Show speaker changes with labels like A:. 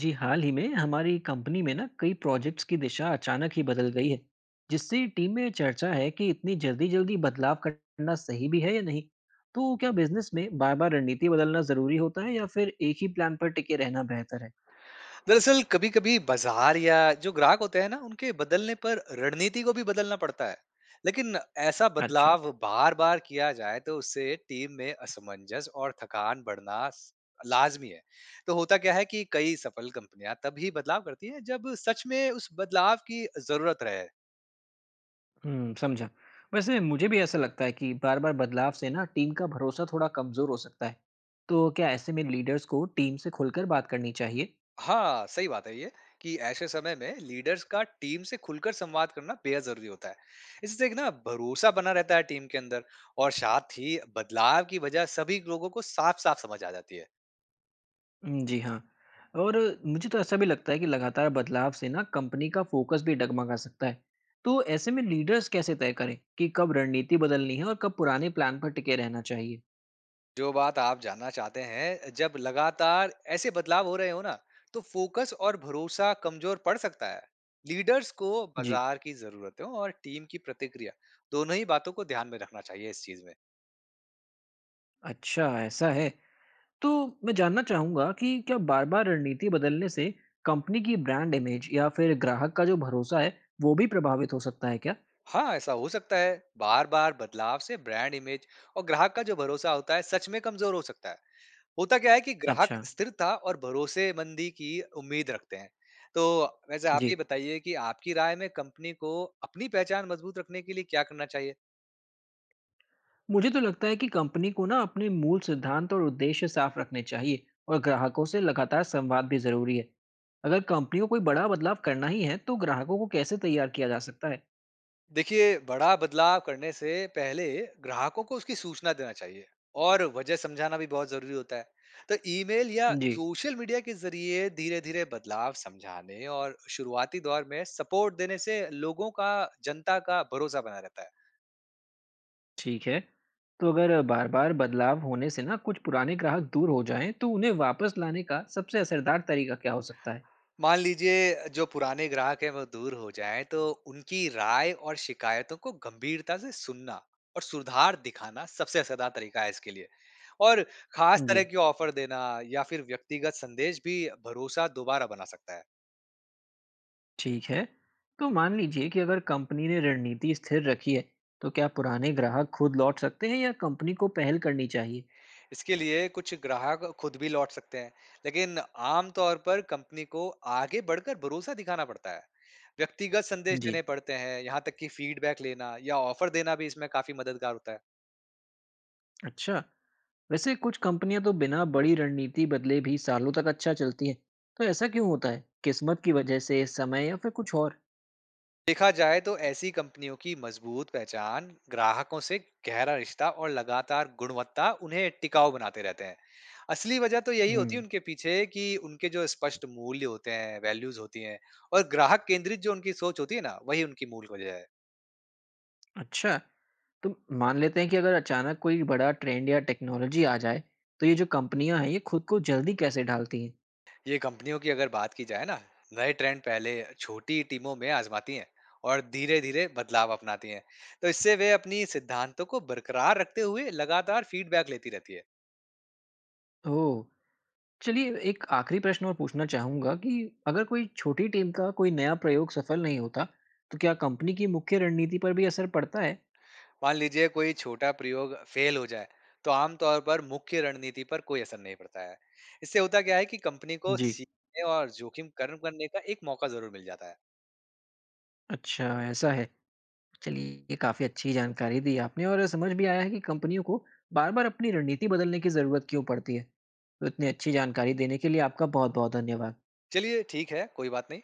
A: जी, हाल ही में हमारी कंपनी में ना कई प्रोजेक्ट्स की दिशा अचानक ही बदल गई है। जिससे टीम में चर्चा है कि इतनी जल्दी जल्दी बदलाव करना सही भी है या नहीं। तो क्या बिजनेस में बार बार रणनीति बदलना जरूरी होता है या फिर एक ही प्लान पर टिके रहना बेहतर है?
B: दरअसल कभी कभी बाजार या जो ग्राहक होते हैं ना उनके बदलने पर रणनीति को भी बदलना पड़ता है। लेकिन ऐसा
A: अच्छा।
B: बदलाव बार बार किया जाए तो उससे टीम में असमंजस और थकान बढ़ना लाजमी है। तो होता क्या है कि कई सफल कंपनियां तभी बदलाव करती हैं जब सच में उस बदलाव की जरूरत रहे।
A: हम्म, समझा। वैसे मुझे भी ऐसा लगता है कि बार बार बदलाव से ना टीम का भरोसा थोड़ा कमजोर हो सकता है। तो क्या ऐसे में लीडर्स को टीम से खुलकर बात करनी चाहिए?
B: हाँ, सही बात है ये कि ऐसे समय में लीडर्स का टीम से खुलकर संवाद करना बेहद ज़रूरी होता है। इससे एक ना भरोसा बना रहता है टीम के अंदर, और साथ ही बदलाव की वजह सभी लोगों को साफ-साफ समझ आ जाती है।
A: जी हाँ। और मुझे तो ऐसा भी लगता है कि लगातार बदलाव से ना कंपनी का फ़ोकस भी डगमगा सकता है। तो ऐसे में लीडर्स कैसे तय करें कि कब रणनीति बदलनी है और कब पुराने प्लान पर टिके रहना चाहिए?
B: जो बात आप जानना चाहते हैं, जब लगातार ऐसे बदलाव हो रहे हो ना, तो फोकस और भरोसा कमज़ोर पड़ सकता है। लीडर्स को
A: जी।
B: बाज़ार की ज़रूरतों और टीम की प्रतिक्रिया, दोनों ही बातों को ध्यान में रखना चाहिए इस चीज़ में।
A: अच्छा ऐसा है। तो मैं जानना चाहूँगा कि क्या बार-बार रणनीति बदलने से कंपनी की ब्रांड इमेज या फिर ग्राहक का जो भरोसा है, वो भी प्रभावित हो सकता है क्या?
B: हाँ, ऐसा हो सकता है। बार-बार बदलाव से ब्रांड इमेज और ग्राहक का जो भरोसा होता है, सच में कमज़ोर हो सकता है। होता क्या है कि ग्राहक
A: अच्छा।
B: स्थिरता और भरोसेमंदी की उम्मीद रखते हैं। तो वैसे आप
A: जी।
B: ये बताइए कि आपकी राय में कंपनी को अपनी पहचान मजबूत रखने के लिए क्या करना चाहिए?
A: मुझे तो लगता है कि कंपनी को ना अपने मूल सिद्धांत और उद्देश्य साफ रखने चाहिए और ग्राहकों से लगातार संवाद भी जरूरी है। अगर कंपनी को कोई बड़ा बदलाव करना ही है तो ग्राहकों को कैसे तैयार किया जा सकता है?
B: देखिए, बड़ा बदलाव करने से पहले ग्राहकों को उसकी सूचना देना चाहिए और वजह समझाना भी बहुत जरूरी होता है। तो ईमेल या
A: जी।
B: सोशल मीडिया के जरिए धीरे धीरे बदलाव समझाने और शुरुआती दौर में सपोर्ट देने से लोगों का, जनता का भरोसा बना रहता है।
A: ठीक है। तो अगर बार बार बदलाव होने से ना कुछ पुराने ग्राहक दूर हो जाएं तो उन्हें वापस लाने का सबसे असरदार तरीका क्या हो सकता है?
B: मान लीजिए जो पुराने ग्राहक हैं वो दूर हो जाएं, तो उनकी राय और शिकायतों को गंभीरता से सुनना और सुधार दिखाना सबसे असरदार तरीका है इसके लिए। और खास
A: जी।
B: तरह की ऑफर देना या फिर व्यक्तिगत संदेश भी भरोसा दोबारा बना सकता है।
A: ठीक है। तो मान लीजिए कि अगर कंपनी ने रणनीति स्थिर रखी है तो क्या पुराने ग्राहक खुद लौट सकते हैं या कंपनी को पहल करनी चाहिए?
B: इसके लिए कुछ ग्राहक खुद भी लौट सकते हैं, लेकिन आमतौर पर कंपनी को आगे बढ़कर भरोसा दिखाना पड़ता है। व्यक्तिगत संदेश
A: जी।
B: देने पड़ते हैं, यहाँ तक कि फीडबैक लेना या ऑफर देना भी इसमें काफी मददगार होता है।
A: अच्छा। वैसे कुछ कंपनियां तो बिना बड़ी रणनीति बदले भी सालों तक अच्छा चलती है। तो ऐसा क्यों होता है? किस्मत की वजह से, समय, या फिर कुछ और?
B: देखा जाए तो ऐसी कंपनियों की मजबूत पहचान, ग्राहकों से गहरा रिश्ता और लगातार गुणवत्ता उन्हें टिकाऊ बनाते रहते हैं। असली वजह तो यही होती है
A: हम्म।
B: उनके पीछे, कि उनके जो स्पष्ट मूल्य होते हैं, वैल्यूज होती हैं, और ग्राहक केंद्रित जो उनकी सोच होती है ना, वही उनकी मूल वजह है।
A: अच्छा। तो मान लेते हैं कि अगर अचानक कोई बड़ा ट्रेंड या टेक्नोलॉजी आ जाए तो ये जो कंपनियां हैं ये खुद को जल्दी कैसे ढालती हैं?
B: ये कंपनियों की अगर बात की जाए ना, नए ट्रेंड पहले छोटी टीमों में आजमाती हैं और धीरे धीरे बदलाव अपनाती हैं। तो इससे वे अपनी सिद्धांतों को बरकरार रखते हुए लगातार फीडबैक लेती रहती है।
A: ओह। चलिए, एक आखिरी प्रश्न और पूछना चाहूंगा कि अगर कोई छोटी टीम का कोई नया प्रयोग सफल नहीं होता तो क्या कंपनी की मुख्य रणनीति पर भी असर पड़ता है?
B: मान लीजिए कोई छोटा प्रयोग फेल हो जाए, तो आमतौर पर मुख्य रणनीति पर कोई असर नहीं पड़ता है। इससे होता क्या है कि कंपनी को
A: जी।
B: सीखने और जोखिम कर्म करने का एक मौका जरूर मिल जाता है।
A: अच्छा ऐसा है। चलिए, ये काफ़ी अच्छी जानकारी दी आपने और समझ भी आया है कि कंपनियों को बार-बार अपनी रणनीति बदलने की ज़रूरत क्यों पड़ती है। तो इतनी अच्छी जानकारी देने के लिए आपका बहुत-बहुत धन्यवाद।
B: चलिए ठीक है, कोई बात नहीं।